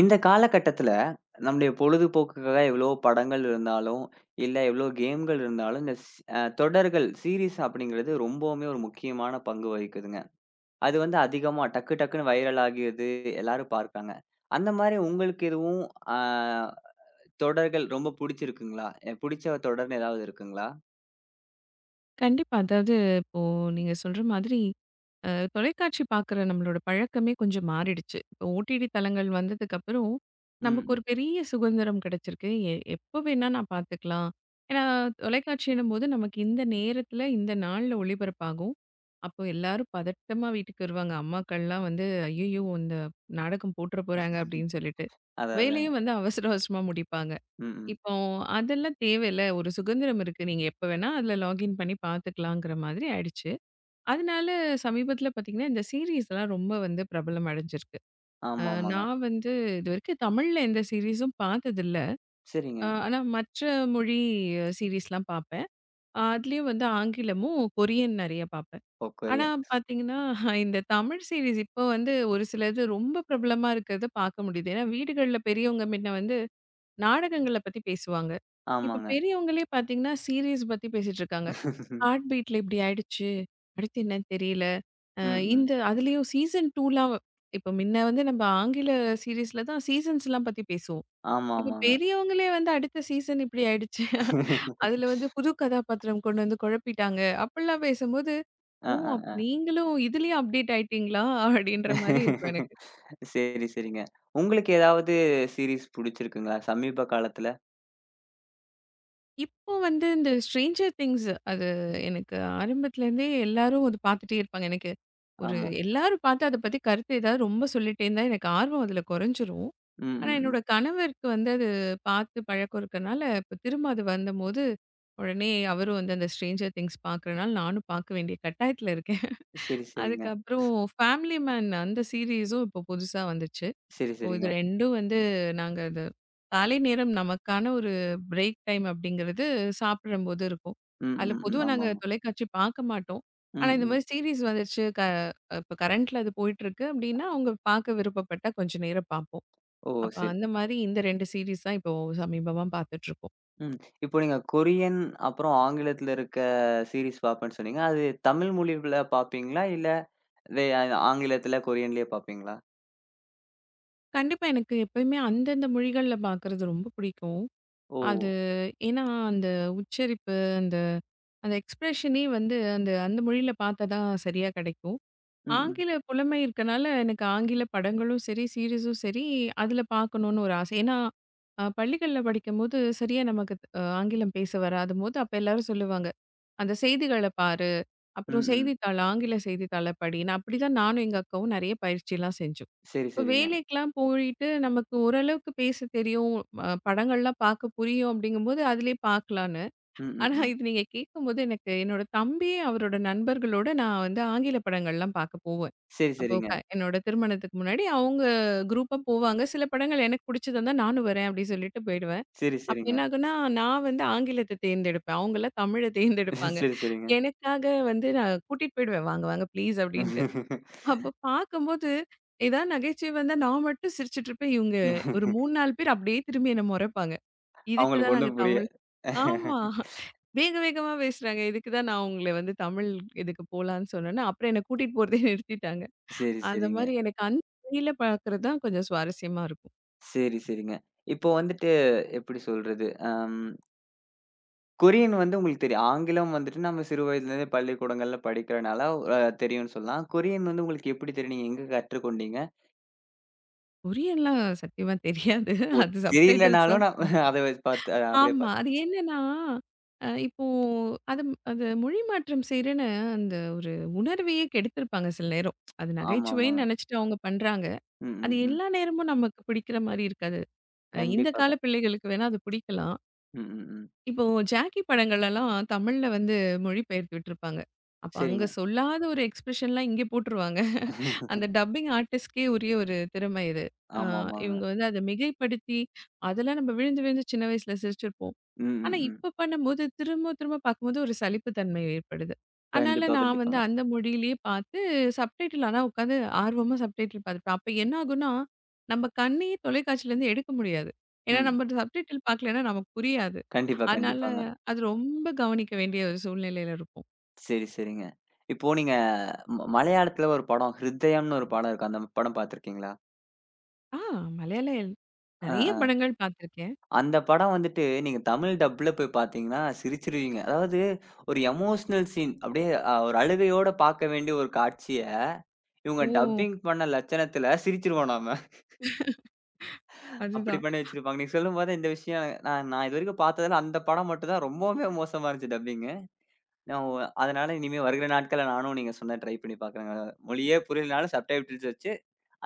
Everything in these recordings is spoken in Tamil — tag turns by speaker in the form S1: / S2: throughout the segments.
S1: இந்த காலகட்டத்துல, நம்முடைய பொழுதுபோக்குக்காக எவ்வளோ படங்கள் இருந்தாலும், இல்ல எவ்வளோ கேம்கள் இருந்தாலும், இந்த ஸ் அ தொடர்கள், சீரிஸ் அப்படிங்கிறது ரொம்பவுமே ஒரு முக்கியமான பங்கு வகிக்குதுங்க. அது வந்து அதிகமா டக்கு டக்குன்னு வைரல் ஆகிறது, எல்லாரும் பார்க்காங்க. அந்த மாரி உங்களுக்கு எதுவும் அ தொடர்கள் ரொம்ப புடிச்சிருக்குங்களா? புடிச்ச தொடர்ன்னு ஏதாவது இருக்குங்களா?
S2: கண்டிப்பா. அதாவது இப்போ நீங்க சொல்ற மாதிரி, அ தொலைக்காட்சி பார்க்குற நம்மளோட பழக்கமே கொஞ்சம் மாறிடுச்சு. இப்போ ஓடிடி தளங்கள் வந்ததுக்கப்புறம்,
S1: ம்,
S2: நமக்கு
S1: ம்.
S2: ஒரு பெரிய சுதந்திரம் கிடைச்சிருக்கு. எப்ப வேணா நான் பார்த்துக்கலாம். ஏன்னா, தொலைக்காட்சின்னும்போது நமக்கு இந்த நேரத்தில, இந்த நாள்ல ஒளிபரப்பாகும். அப்போ எல்லாரும் பதட்டமா வீட்டுக்கு வருவாங்க. அம்மாக்கள்லாம் வந்து, "ஐயய்யோ! இந்த நாடகம் போட்டுற போறாங்க"
S1: ம்.
S2: அப்படின்னு சொல்லிட்டு.
S1: அதான், அதாங்க.
S2: வேலையும் வந்து அவசர அவசரமா முடிப்பாங்க.
S1: ம், ம்.
S2: இப்போ அதெல்லாம் தேவையில்ல. ஒரு சுதந்திரம் இருக்கு. நீங்க எப்ப வேணா அதுல லாகின் பண்ணி பார்த்துக்கலாங்கிற மாதிரி ஆயிடுச்சு. அதனால சமீபத்தில பார்த்தீங்கன்னா, இந்த சீரிஸ்லாம் ரொம்ப வந்து பிரபலம் அடைஞ்சிருக்கு. அ
S1: ஆமா, ஆமாங்க.
S2: நான் வந்து இதுவரைக்கும் தமிழ்ல எந்த சீரிஸும் பார்த்ததில்ல.
S1: சரிங்க.
S2: ஆனா மற்ற மொழி சீரிஸ்லாம் பார்ப்பேன். அதுலயும் வந்து ஆங்கிலமும், கொரியன் நெறைய பார்ப்பேன். ஆனா
S1: பொக்கோரியா.
S2: பார்த்தீங்கன்னா, இந்த தமிழ் சீரிஸ் இப்போ வந்து ஒரு சிலது ரொம்ப பிரபலமா இருக்கிறத பார்க்க முடியுது. ஏன்னா வீடுகள்ல பெரியவங்க முன்ன வந்து நாடகங்கள பத்தி பேசுவாங்க. இப்ப
S1: ஆமாங்க.
S2: பெரியவங்களே பார்த்தீங்கன்னா, சீரிஸ் பத்தி பேசிட்டு இருக்காங்க. "ஹார்ட் பீட்ல இப்படி ஆயிடுச்சு. அடுத்து என்னன்னு தெரியல." அ
S1: ம், ம்.
S2: இந்த அதுலயும் சீசன் 2லாம் இப்ப முன்ன வந்து நம்ம ஆங்கில சீரிஸ்ல தான் சீசன்ஸ்லாம் பத்தி பேசுவோம்.
S1: ஆமா,
S2: இப்ப
S1: ஆமாங்க.
S2: பெரியவங்களே வந்து அடுத்த சீசன் இப்படி ஆயிடுச்சு. அதுல வந்து புது கதாபாத்திரம் கொண்டு வந்து குழப்பிட்டாங்க. அப்படிலாம் பேசும்போது,
S1: அ,
S2: "ஓ! அப்ப
S1: அ.
S2: நீங்களும் இதுலயும் அப்டேட் ஆயிட்டீங்களா?" அப்படின்ற மாரி இருக்கும் எனக்கு.
S1: சரி, சரிங்க. உங்களுக்கு ஏதாவது சீரிஸ் புடிச்சிருக்குங்களா? சமீப காலத்துல?
S2: இப்போ வந்து இந்த ஸ்ட்ரேஞ்சர் திங்ஸ் அது எனக்கு ஆரம்பத்துலேருந்தே எல்லாரும் அது பார்த்துட்டே இருப்பாங்க. எனக்கு ஒரு
S1: ஆமா.
S2: எல்லாரும் பார்த்து அத பத்தி கருத்து ஏதாவது ரொம்ப சொல்லிட்டே இருந்தா எனக்கு ஆர்வம் அதில குறைஞ்சிரும்.
S1: ம்,
S2: ஆனா
S1: ம், ம்.
S2: என்னோட கணவருக்கு வந்து அது பார்த்து பழக்கம் இருக்கனால, இப்போ திரும்ப அது வந்தம்போது, உடனே அவரும் வந்து அந்த ஸ்ட்ரேஞ்சர் திங்ஸ் பார்க்குறனால நானும் பார்க்க வேண்டிய கட்டாயத்தில இருக்கேன்.
S1: சரி, சரிங்க.
S2: அதுக்கப்புறம் ஃபேமிலி மேன் அந்த சீரிஸும் இப்போ புதுசா வந்துச்சு.
S1: சரி,
S2: ஓ! இது
S1: சரிங்க.
S2: 2ம் வந்து நாங்க அது காலை நேரம் நமக்கான ஒரு பிரேக் டைம் அப்படிங்கிறது சாப்பிடும்போது இருக்கும்.
S1: ம்,
S2: அதில
S1: ம், ம்.
S2: பொதுவா நாங்க
S1: ஆமாமா.
S2: தொலைக்காட்சி பார்க்க மாட்டோம்.
S1: ம்,
S2: ஆனா, இந்த
S1: ம்.
S2: மாரி சீரிஸ் வந்துருச்சு இப்ப கரண்ட்ல அது போயிட்டுருக்கு அப்படின்னா, அவங்க பார்க்க விருப்பப்பட்டா கொஞ்ச நேரம் பார்ப்போம்.
S1: ஓ!
S2: அப்ப
S1: சரி.
S2: அந்த மாரி இந்த 2 சீரிஸ் தான் இப்போ சமீபமா பார்த்துட்டுருக்கோம்.
S1: ம். இப்போ நீங்க கொரியன், அப்புறம் ஆங்கிலத்துல இருக்க சீரிஸ் பார்ப்பேன்னு சொன்னீங்க. அது தமிழ் மொழில பார்ப்பீங்களா? இல்ல வே ஆங்கிலத்துல, கொரியன்லயே பார்ப்பீங்களா?
S2: கண்டிப்பா எனக்கு எப்பயுமே அந்தந்த மொழிகள்ல பார்க்கறது ரொம்ப பிடிக்கும்.
S1: ஓ!
S2: அது ஏன்னா, அந்த உச்சரிப்பு, அந்த அந்த எக்ஸ்பிரஷனே வந்து அந்த அந்த மொழியில பார்த்தா தான் சரியா கிடைக்கும்.
S1: ம், ம்.
S2: ஆங்கில புலமை இருக்கனால, எனக்கு ஆங்கில படங்களும் சரி, சீரிஸும் சரி, அதில பார்க்கணும்னு ஒரு ஆசை. ஏன்னா, பள்ளிகள்ல படிக்கும்போது சரியா நமக்கு ஆங்கிலம் பேச வராதும்போது, அப்ப எல்லாரும் சொல்லுவாங்க, "அந்த செய்திகள பாரு, அப்புறம்
S1: ம், ம்.
S2: செய்தித்தாள ஆங்கில செய்தித்தாள படின்னு." அப்படிதான் நானும் எங்க அக்காவும் நெறைய பயிற்சிலாம் செஞ்சோம்.
S1: சரி,
S2: இப்ப
S1: சரிங்க.
S2: வேலைக்கெல்லாம் போயிட்டு நமக்கு ஓரளவுக்கு பேச தெரியும், படங்கள்லாம் பார்க்க புரியும் அப்படிங்கும்போது, அதிலயே பார்க்கலான்னு.
S1: ம், ம்,
S2: ஆனா,
S1: ம்.
S2: இது நீங்க கேட்கும்போது எனக்கு என்னோட தம்பி, அவரோட நண்பர்களோட நான் வந்து ஆங்கில படங்கள்லாம் பார்க்க போவேன்.
S1: சரி,
S2: அப்போ
S1: சரிங்க.
S2: என்னோட திருமணத்துக்கு முன்னாடி அவங்க குரூப்பா போவாங்க. சில படங்கள் எனக்கு பிடிச்சதுருந்தா நானும் வரேன் அப்படி சொல்லிட்டு போயிடுவேன்.
S1: சரி,
S2: அப்ப
S1: சரிங்க.
S2: என்ன ஆகும்னா, நான் வந்து ஆங்கிலத்த தேர்ந்தெடுப்பேன். அவங்கலாம் தமிழ தேர்ந்தெடுப்பாங்க.
S1: சரி, சரிங்க.
S2: எனக்காக வந்து நான் கூட்டிட்டு போயிடுவேன். "வாங்க, வாங்க ப்ளீஸ்" அப்படின்ட்டு. அப்ப பார்க்கும்போது ஏதாவது நகைச்சுவை வந்தா நான் மட்டும் சிரிச்சுட்டு இருப்பேன். இவங்க ஒரு 3, 4 பேர் அப்படியே திரும்பி என்ன முறைப்பாங்க. இதுக்கு
S1: அவங்களுக்கு
S2: தான் நாங்க
S1: ஒண்ணும் புரிய
S2: தமிழ் ஆமா. வேக வேகமா பேசுறாங்க. இதுக்கு தான் நான் உங்கள வந்து தமிழ் இதுக்கு போலான்னு சொன்னேன்னா, அப்புறம் என்ன கூட்டிட்டு போறதே நிறுத்திட்டாங்க.
S1: சரி,
S2: அந்த
S1: சரிங்க.
S2: மாரி எனக்கு அந்த மொழியில பார்க்குறது தான் கொஞ்சம் சுவாரஸ்யமா இருக்கும்.
S1: சரி, சரிங்க. இப்போ வந்துட்டு எப்படி சொல்றது? கொரியன் வந்து உங்களுக்கு தெரியும். ஆங்கிலம் வந்துட்டு நம்ம சிறு வயதிலிருந்தே பள்ளிக்கூடங்கள்ல படிக்கிறனால தெரியும்னு சொல்லலாம். கொரியன் வந்து உங்களுக்கு எப்படி தெரியும்? நீங்க எங்க கற்றுக்கொண்டீங்க?
S2: கொரியன்லாம் சத்தியமா தெரியாது.
S1: ஓ!
S2: அது சப்டைட்டில்ஸ்
S1: தெரியலனாலும்
S2: தான்
S1: நான்
S2: பாப்
S1: அத வச்சு பார்த்து அப்படியே
S2: ஆமா.
S1: பார்த்து
S2: அது என்னன்னா, இப்போ அது அது மொழி மாற்றம் செய்றேன்னு அந்த ஒரு உணர்வையே கெடுத்திருப்பாங்க சில நேரம். அது
S1: ஆமாமா.
S2: நகைச்சுவைன்னு நெனைச்சுட்டு அவங்க பண்றாங்க.
S1: ம்,
S2: அது
S1: ம், ம்.
S2: எல்லா நேரமும் நமக்கு பிடிக்கிற மாரி இருக்காது. இந்த
S1: கண்டிப்பாக.
S2: கால பிள்ளைகளுக்கு வேணா அது பிடிக்கலாம்.
S1: ம், ம், ம்.
S2: இப்போ ஜாக்கி படங்கள்லலாம் தமிழ்ல வந்து மொழிபெயர்த்து விட்டுருப்பாங்க. அப்ப அங்க
S1: சரிங்க.
S2: சொல்லாத ஒரு எக்ஸ்பிரஷன்லாம் இங்கே போட்டுருவாங்க. அந்த டப்பிங் ஆர்டிஸ்ட்கே உரிய ஒரு திறமை இது. ஆ
S1: ஆமாமாங்க.
S2: இவங்க வந்து அத மிகைப்படுத்தி, அதெல்லாம் நம்ம விழுந்து விழுந்து சின்ன வயசுல சிரிச்சிருப்போம்.
S1: ம்,
S2: ஆனா,
S1: ம், ம்.
S2: இப்ப பண்ணும்போது திரும்ப திரும்ப பார்க்கும்போது ஒரு சலிப்பு தன்மை ஏற்படுது. அதனால
S1: கண்டிப்பா,
S2: நான் வந்து
S1: கண்டிப்பாங்க.
S2: அந்த மொழியிலேயே பார்த்து சப்டைட்டில் ஆனா உட்காந்து ஆர்வமா சப்டைட்டில் பார்த்துப்பேன். அப்ப என்ன ஆகும்னா, நம்ம கண்ணையே தொலைக்காட்சியிலேருந்து எடுக்க முடியாது. ஏன்னா
S1: ம்.
S2: நம்ம சப்டைட்டில் பார்க்கலன்னா நமக்கு புரியாது.
S1: கண்டிப்பா,
S2: அதனால
S1: கண்டிப்பாங்க.
S2: அது ரொம்ப கவனிக்க வேண்டிய ஒரு சூழ்நிலையில இருக்கும்.
S1: சரி, சரிங்க. இப்போ நீங்க மலையாளத்துல ஒரு படம், ஹிருதயம்னு ஒரு படம் இருக்கும். அந்த படம் பார்த்துருக்கீங்களா?
S2: ஆ மலையாள
S1: அ,
S2: நெறைய
S1: அ.
S2: படங்கள் பார்த்துருக்கேன்.
S1: அந்த படம் வந்துட்டு நீங்க தமிழ் டப்ல போய் பார்த்தீங்கன்னா, சிரிச்சிருவீங்க. அதாவது ஒரு எமோஷனல் சீன் அப்படியே ஒரு அழுகையோட பார்க்க வேண்டிய ஒரு காட்சிய, இவங்க
S2: ஓ!
S1: டப்பிங் பண்ண லட்சணத்துல சிரிச்சிருவோம் நாம. அப்படி
S2: அதுதான்.
S1: பண்ணி வச்சிருப்பாங்க. நீங்க சொல்லும்போது இந்த விஷயம் நான் நான் இதுவரைக்கும் பார்த்ததுல அந்த படம் மட்டும் தான் ரொம்பவுமே மோசமா இருந்துச்சு டப்பிங்கு. நான் ஒ அதனால இனிமே வருகிற நாட்கள்ல நானும் நீங்க சொன்ன ட்ரை பண்ணி பார்க்குறேங்க. மொழியே புரியலனாலும் சப்டைட்டில்ஸ் வச்சு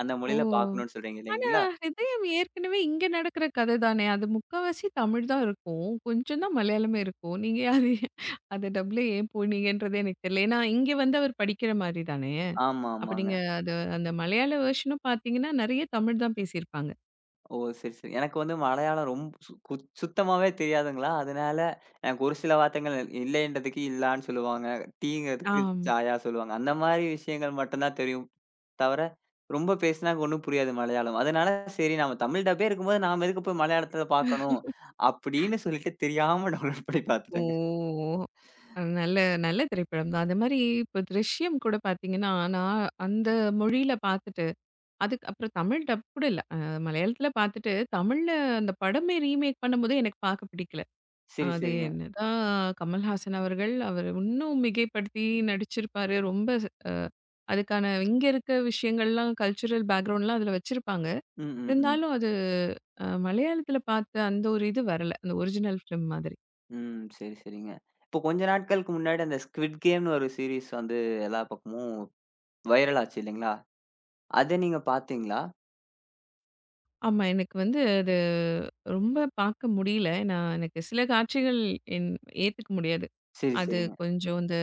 S1: அந்த
S2: ஓ!
S1: மொழியில பார்க்கணும்னு சொல்றீங்க
S2: ஆனா,
S1: இல்லைங்களா?
S2: ஹிதயம் ஏற்கனவே இங்க நடக்கிற கதை தானே! அது முக்காவாசி தமிழ் தான் இருக்கும். கொஞ்சம் தான் மலையாளமே இருக்கும். நீங்க அது அத டப்ல ஏன் போனீங்கன்றது எனக்கு தெரியல. ஏன்னா, இங்க வந்து அவர் படிக்கிற மாரி தானே!
S1: ஆமா,
S2: அப்ப
S1: ஆமாங்க.
S2: நீங்க அது அந்த மலையாள வெர்ஷனும் பார்த்தீங்கன்னா, நெறைய தமிழ் தான் பேசியிருப்பாங்க.
S1: ஓ! சரி, சரி. எனக்கு வந்து மலையாளம் ரொம்ப சு கு சுத்தமாவே தெரியாதுங்களா, அதனால எனக்கு ஒரு சில வார்த்தைகள் இல்லைன்றதுக்கு இல்லான்னு சொல்லுவாங்க. டீங்கிறதுக்கு
S2: ஆம்.
S1: சாயா சொல்லுவாங்க. அந்த மாரி விஷயங்கள் மட்டும் தான் தெரியும். தவிர ரொம்ப பேசினா ஒண்ணும் புரியாது மலையாளம். அதனால சரி நம்ம தமிழ் டப்பே இருக்கும்போது நாம எதுக்கு போய் மலையாளத்துல பார்க்கணும்? அப்படின்னு சொல்லிட்டு தெரியாம டவுன்லோட் பண்ணி
S2: ஓ!
S1: பார்த்துட்டேங்க.
S2: நல்ல நல்ல திரைப்படம் தான். அதேமாரி இப்ப "திருஷ்யம்" கூட பார்த்தீங்கன்னா, நான் அந்த மொழியில பார்த்துட்டு, அதுக்கு அப்புறம் தமிழ் டப் கூட இல்ல. மலையாளத்தில பார்த்துட்டு, தமிழ்ல அந்த படமே ரீமேக் பண்ணும்போது எனக்கு பார்க்க பிடிக்கல.
S1: சரி,
S2: அது
S1: சரிங்க.
S2: என்னதான் கமல்ஹாசன் அவர்கள், அவர் இன்னும் மிகைப்படுத்தி நடிச்சிருப்பாரு. ரொம்ப அ அதுக்கான இங்க இருக்க விஷயங்கள்லாம் கல்ச்சுரல் பேக்ரவுண்ட்லாம் அதில வச்சிருப்பாங்க.
S1: ம், ம், ம்.
S2: இருந்தாலும் அது மலையாளத்தில பார்த்த அந்த ஒரு இது வரல. அந்த ஒரிஜினல் ஃபிலிம் மாதிரி.
S1: ம். சரி, சரிங்க. இப்போ கொஞ்ச நாட்களுக்கு முன்னாடி அந்த ஸ்க்விட் கேம்ன்னு ஒரு சீரிஸ் வந்து எல்லா பக்கமும் வைரல் ஆச்சு இல்லைங்களா? அத நீங்க பார்த்தீங்களா?
S2: ஆமா. எனக்கு வந்து அது ரொம்ப பார்க்க முடியல. நான் எனக்கு சில காட்சிகள் என் ஏத்துக்க முடியாது.
S1: சரி,
S2: அது
S1: சரிங்க.
S2: கொஞ்சம் இந்த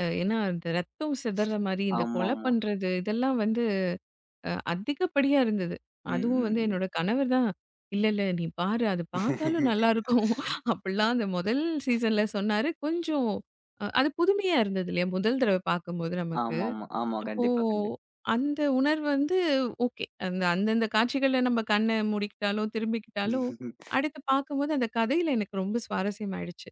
S2: ஏன்னா, இந்த ரத்தம் சிதற மாரி இந்த கொலை
S1: ஆமாமா.
S2: பண்றது இதெல்லாம் வந்து அதிகப்படியா இருந்தது.
S1: ம்,
S2: அதுவும்
S1: ம்,
S2: வந்து
S1: ம்.
S2: என்னோட கணவர் தான், "இல்ல, இல்ல நீ பாரு அது பார்த்தாலும் நல்லாருக்கும்." அப்படிலாம் அந்த முதல் சீசன்ல சொன்னாரு. கொஞ்சம் அது புதுமையா இருந்தது இல்லையா? முதல் தடவ பார்க்கும்போது நமக்கு.
S1: ஆமாமா. ஆமா.
S2: அப்போ
S1: கண்டிப்பா, கண்டிப்பா.
S2: அந்த உணர்வு வந்து ஓகே. அந்த அந்தந்த காட்சிகள்ல நம்ம கண்ண மூடிக்கிட்டாலோ, திரும்பிக்கிட்டாலோ, அடுத்து பார்க்கும்போது அந்த கதையில எனக்கு ரொம்ப சுவாரஸ்யம் ஆயிடுச்சு.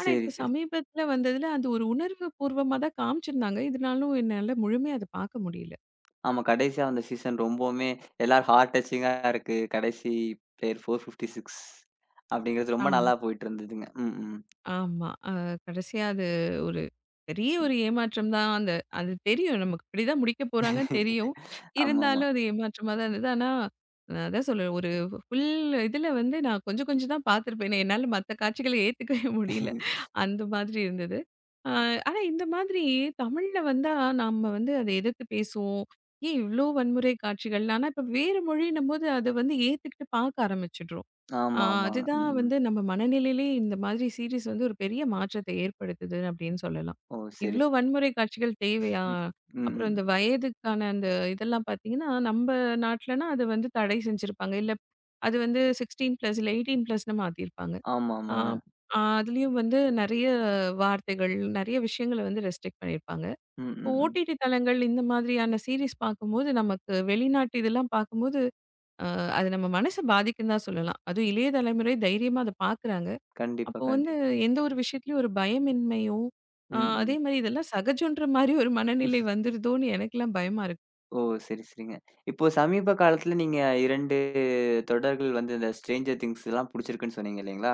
S2: ஆனா
S1: சரி,
S2: இப்ப
S1: சரி.
S2: சமீபத்தில வந்ததுல அது ஒரு உணர்வு பூர்வமா தான் காமிச்சிருந்தாங்க. இதனாலும் என்னால முழுமையா அத பார்க்க முடியல.
S1: ஆமா. கடைசியா அந்த சீசன் ரொம்பவுமே எல்லாரும் ஹார்ட் டச்சிங்கா இருக்கு. கடைசி பிளேயர் 456 அப்படிங்கிறது ரொம்ப
S2: ஆமா.
S1: நல்லா போயிட்டு இருந்ததுங்க. ம், ம்.
S2: ஆமா. கடைசியா அது ஒரு பெரிய ஒரு ஏமாற்றம் தான். அந்த அது தெரியும். நமக்கு இப்படிதான் முடிக்க போறாங்கன்னு தெரியும்.
S1: ஆமாமா.
S2: இருந்தாலும் அது ஏமாற்றமா தான் இருந்தது. ஆனா, நான் அதான் சொல்றேன். ஒரு ஃபுல் இதுல வந்து நான் கொஞ்சம் கொஞ்சம் தான் பார்த்துருப்பேன். ஏன்னா, என்னால மத்த காட்சிகள ஏத்துக்கவே முடியல. அந்த மாதிரி இருந்தது. அ ஆனா இந்த மாதிரி தமிழ்ல வந்தா நம்ம வந்து அத எதிர்த்து பேசுவோம். ஏன் இவ்ளோ வன்முறை காட்சிகள்? ஆனா இப்ப வேற மொழின்னும்போது அத வந்து ஏத்துக்கிட்டு பார்க்க ஆரம்பிச்சுடுறோம். ஆ
S1: ஆமா, ஆமாங்க.
S2: அதுதான்
S1: ம், ம்.
S2: வந்து நம்ம மனநிலையிலேயே இந்த மாதிரி சீரிஸ் வந்து ஒரு பெரிய மாற்றத்தை ஏற்படுத்துது அப்படின்னு சொல்லலாம்.
S1: ஓ! சரி.
S2: இவ்ளோ வன்முறை காட்சிகள் தேவையா?
S1: ம், ம்,
S2: அப்புறம்
S1: ம்.
S2: இந்த வயதுக்கான அந்த இதெல்லாம் பார்த்தீங்கன்னா, நம்ப நாட்டுலனா அது வந்து தடை செஞ்சிருப்பாங்க. இல்ல அது வந்து 16 பிளஸ் இல்ல 18 பிளஸ்ன்னு மாத்திருப்பாங்க.
S1: ஆமா,
S2: ஆ
S1: ஆமாங்க.
S2: ஆ அதுலயும் வந்து நெறைய வார்த்தைகள், நெறைய விஷயங்கள வந்து ரெஸ்ட்ரிக்ட் பண்ணியிருப்பாங்க.
S1: ம், ம், ம்.
S2: ஓடிடி தளங்கள் இந்த மாதிரியான சீரிஸ் பார்க்கும்போது, நமக்கு வெளிநாட்டு இதெல்லாம் பார்க்கும்போது அ அது நம்ம மனச பாதிக்குன்னு தான் சொல்லலாம். அதுவும் இளைய தலைமுறை தைரியமா அத பார்க்குறாங்க.
S1: கண்டிப்பா,
S2: அப்போ வந்து
S1: கண்டிப்பா.
S2: எந்த ஒரு விஷயத்துலயும் ஒரு பயமின்மையும்,
S1: ம்,
S2: அதே
S1: ம்.
S2: மாரி இதெல்லாம் சகஜம்ன்ற மாரி ஒரு மனநிலை வந்துருதோன்னு எனக்கெல்லாம் பயமா இருக்கு.
S1: ஓ! சரி, சரிங்க. இப்போ சமீப காலத்துல நீங்க 2 தொடர்கள் வந்து இந்த Stranger Thingsலாம் புடிச்சிருக்குன்னு சொன்னீங்க இல்லைங்களா?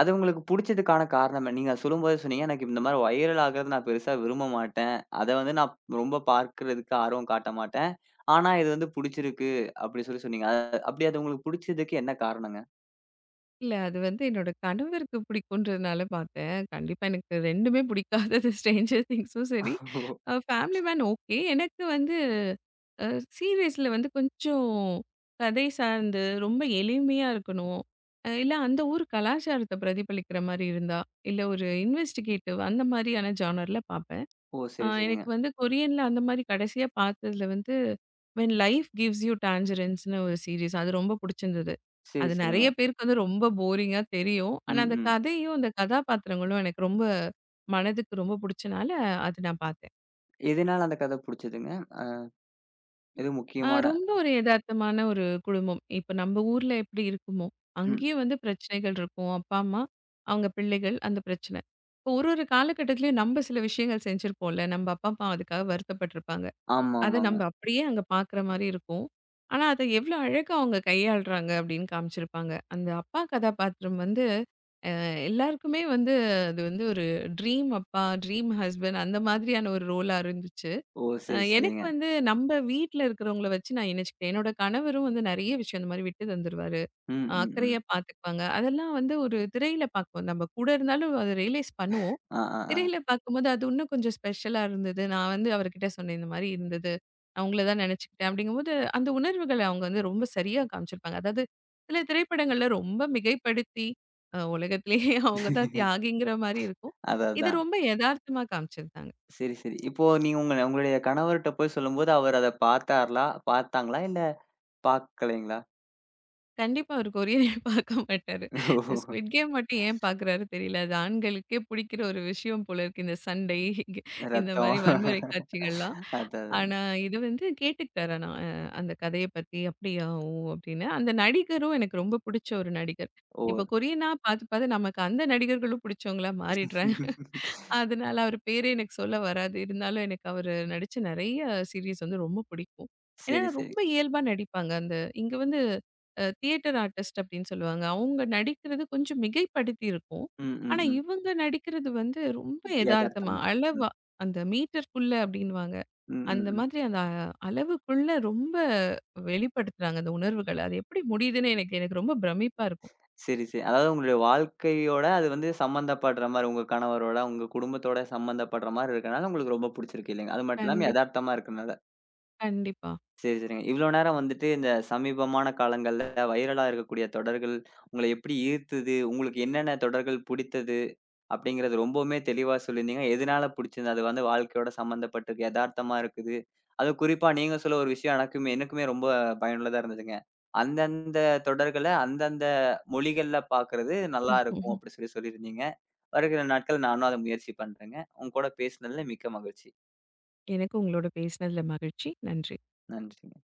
S1: அது உங்களுக்கு புடிச்சதுக்கான காரணம் என்ன? நீங்க சொல்லும்போதே சொன்னீங்க, "எனக்கு இந்த மாரி வைரல் ஆகுறது நான் பெருசா விரும்ப மாட்டேன். அத வந்து நான் ரொம்ப பார்க்கறதுக்கு ஆர்வம் காட்ட மாட்டேன். ஆனா இது வந்து புடிச்சிருக்கு." அப்படி சொல்லி சொன்னீங்க. அப்படி அது உங்களுக்கு புடிச்சதுக்கு என்ன காரணங்க?
S2: இல்ல அது வந்து என்னோட கணவருக்கு பிடிக்குன்றதுனால பார்த்தேன். கண்டிப்பா எனக்கு 2மே பிடிக்காதது. ஸ்ட்ரேஞ்சர் திங்ஸும் சரி, ஃபேமிலி மேன் ஓகே. எனக்கு வந்து அ சீரியஸ்ல வந்து கொஞ்சம் கதை சார்ந்து, ரொம்ப எளிமையா இருக்கணும். இல்ல அந்த ஊர் கலாச்சாரத்த பிரதிபலிக்கிற மாரி இருந்தா, இல்ல ஒரு இன்வெஸ்டிகேட்டிவ் அந்த மாரியான ஜானர்ல பார்ப்பேன்.
S1: ஓ! சரி, சரிங்க.
S2: எனக்கு வந்து கொரியன்ல அந்த மாரி கடைசியா பார்த்ததுல வந்து, "வென் லைஃப் கிவ்ஸ் யூ டான்ஜரன்ஸ்ன்னு" ஒரு சீரிஸ். அது ரொம்ப புடிச்சிருந்தது.
S1: சரி,
S2: அது
S1: சரிங்க.
S2: நெறைய பேருக்கு வந்து ரொம்ப போரிங்கா தெரியும்.
S1: ம்,
S2: ஆனா அந்த
S1: ம்.
S2: கதையும், அந்த கதாபாத்திரங்களும் எனக்கு ரொம்ப மனதுக்கு ரொம்ப புடிச்சனால, அது நான் பார்த்தேன்.
S1: எதனால அந்த கதை புடிச்சதுங்க? அ எதுவும் முக்கியமான
S2: ரொம்ப ஒரு எதார்த்தமான ஒரு குடும்பம். இப்ப நம்ம ஊர்ல எப்படி இருக்குமோ,
S1: ம்.
S2: அங்கேயும் வந்து பிரச்சனைகள் இருக்கும். அப்பா, அம்மா, அவங்க பிள்ளைகள் அந்த பிரச்சனை. இப்போ ஒரு ஒரு காலகட்டத்திலயும் நம்ம சில விஷயங்கள் செஞ்சிருப்போம்ல. நம்ம அப்பா, அம்மா அதுக்காக வருத்தப்பட்டுருப்பாங்க.
S1: ஆமா,
S2: அத நம்ம
S1: ஆமாங்க.
S2: அப்படியே அங்க பார்க்குற மாரி இருக்கும். ஆனா, அத எவ்வளோ அழகா அவங்க கையாளுறாங்க அப்படின்னு காமிச்சிருப்பாங்க. அந்த அப்பா கதாபாத்திரம் வந்து அ எல்லாருக்குமே வந்து அது வந்து ஒரு ட்ரீம் அப்பா, ட்ரீம் ஹஸ்பண்ட் அந்த மாதிரியான ஒரு ரோலா இருந்துச்சு.
S1: ஓ! சரி,
S2: எனக்கு
S1: சரிங்க.
S2: வந்து நம்ப வீட்ல இருக்கிறவங்கள வச்சு நான் இணைச்சுக்கிட்டேன். என்னோட கணவரும் வந்து நெறைய விஷயம் இந்த மாரி விட்டு தந்துருவாரு.
S1: ம், ம், ம்.
S2: அக்கறையா பார்த்துக்குவாங்க. அதெல்லாம் வந்து ஒரு திரையில பார்க்குவோம். நம்ம கூட இருந்தாலும் அத ரியலைஸ் பண்ணுவோம்.
S1: ஆ, ஆ, ஆ.
S2: திரையில பார்க்கும்போது அது இன்னும் கொஞ்சம் ஸ்பெஷலா இருந்தது. நான் வந்து அவர்கிட்ட சொன்னேன், "இந்த மாரி இருந்தது. நான் உங்கள தான் நெனச்சுக்கிட்டேன்." அப்படிங்கும்போது அந்த உணர்வுகள அவங்க வந்து ரொம்ப சரியா காமிச்சிருப்பாங்க. அதாவது சில திரைப்படங்கள்ல ரொம்ப மிகைப்படுத்தி, உலகத்திலேயே அவங்க தான் தியாகிங்கிற மாரி இருக்கும்.
S1: அதான்,
S2: இது
S1: அதான்.
S2: ரொம்ப எதார்த்தமா காமிச்சிருந்தாங்க.
S1: சரி, சரி. இப்போ நீங்க உங்களுடைய கணவர்ட்ட போய் சொல்லும்போது, அவர் அத பார்த்தார்லா பார்த்தாங்களா? இல்ல பார்க்கலைங்களா?
S2: கண்டிப்பா அவரு கொரியனே பார்க்க மாட்டாரு. இந்த
S1: ஓ!
S2: ஸ்குவிட் கேம் மட்டும் ஏன் பார்க்குறாரு தெரியல. அது ஆண்களுக்கே பிடிக்கிற ஒரு விஷயம் போல இருக்கு. இந்த சண்டை இந்த
S1: ரத்தம்.
S2: மாரி வன்முறை காட்சிகள்லாம்.
S1: அதான், அதான்.
S2: ஆனா இது வந்து கேட்டுக்கிட்டாரு ஆனா அந்த கதைய பத்தி. "அப்படியா? ஓ!" அப்படின்னு. அந்த நடிகரும் எனக்கு ரொம்ப புடிச்ச ஒரு நடிகர்.
S1: ஓ!
S2: இப்ப கொரியனா பார்த்து பார்த்து நமக்கு அந்த நடிகர்களும் புடிச்சவங்களா மாறிடுறாங்க. அதனால அவரு பேரே எனக்கு சொல்ல வராது. இருந்தாலும் எனக்கு அவரு நடிச்ச நெறைய சீரிஸ் வந்து ரொம்ப பிடிக்கும். ஏன்னா
S1: சரி, சரி.
S2: ரொம்ப இயல்பா நடிப்பாங்க. அந்த இங்க வந்து தியேட்டர் ஆர்டிஸ்ட் அப்டின்னு சொல்லுவாங்க. அவங்க நடிக்கிறது கொஞ்சம் மிகைப்படுத்தி இருக்கும்.
S1: ம், ம்,
S2: ஆனா
S1: ம்.
S2: இவங்க நடிக்கிறது வந்து ரொம்ப எதார்த்தமா,
S1: எதார்த்தமா. ம்,
S2: அளவா அந்த மீட்டர்க்குள்ள அப்டின்னுவாங்க.
S1: ம், ம்,
S2: அந்த
S1: ம்.
S2: மாதிரி அந்த அளவுக்குள்ள ரொம்ப வெளிப்படுத்துறாங்க அந்த உணர்வுகள. அது எப்டி முடியுதுன்னு எனக்கு எனக்கு ரொம்ப பிரமிப்பா இருக்கும்.
S1: சரி, சரி. அதாவது உங்களுடைய வாழ்க்கையோட அது வந்து சம்மந்தப்படுற மாரி, உங்க கணவரோட, உங்க குடும்பத்தோட சம்மந்தப்படுற மாரி இருக்கனால உங்களுக்கு ரொம்ப புடிச்சிருக்கு இல்லைங்க? அது மட்டும் இல்லாம
S2: கண்டிப்
S1: எதார்த்தமா இருக்கனால.
S2: கண்டிப்பா.
S1: சரி, சரிங்க. இவ்வளோ நேரம் வந்துட்டு இந்த சமீபமான காலங்கள்ல வைரலா இருக்கக்கூடிய தொடர்கள் உங்கள எப்படி ஈர்த்தது? உங்களுக்கு என்னென்ன தொடர்கள் பிடித்தது? அப்படிங்கிறது ரொம்பவுமே தெளிவா சொல்லியிருந்தீங்க. எதனால பிடிச்சிருந்தது? அது வந்து வாழ்க்கையோட சம்மந்தப்பட்டு எதார்த்தமா இருக்குது. அதுவும் குறிப்பா நீங்க சொல்ல ஒரு விஷயம் எனக்குமே எனக்குமே ரொம்ப பயனுள்ளதா இருந்ததுங்க. அந்தந்த தொடர்கள அந்தந்த மொழிகள்ல பார்க்கறது நல்லாருக்கும் அப்படி சொல்லி சொல்லியிருந்தீங்க. வருகிற நாட்கள் நானும் அத முயற்சி பண்றேங்க. உங்க கூட பேசினதுல மிக்க மகிழ்ச்சி.
S2: எனக்கும் உங்களோட பேசினதுல மகிழ்ச்சி. நன்றி.
S1: நன்றி.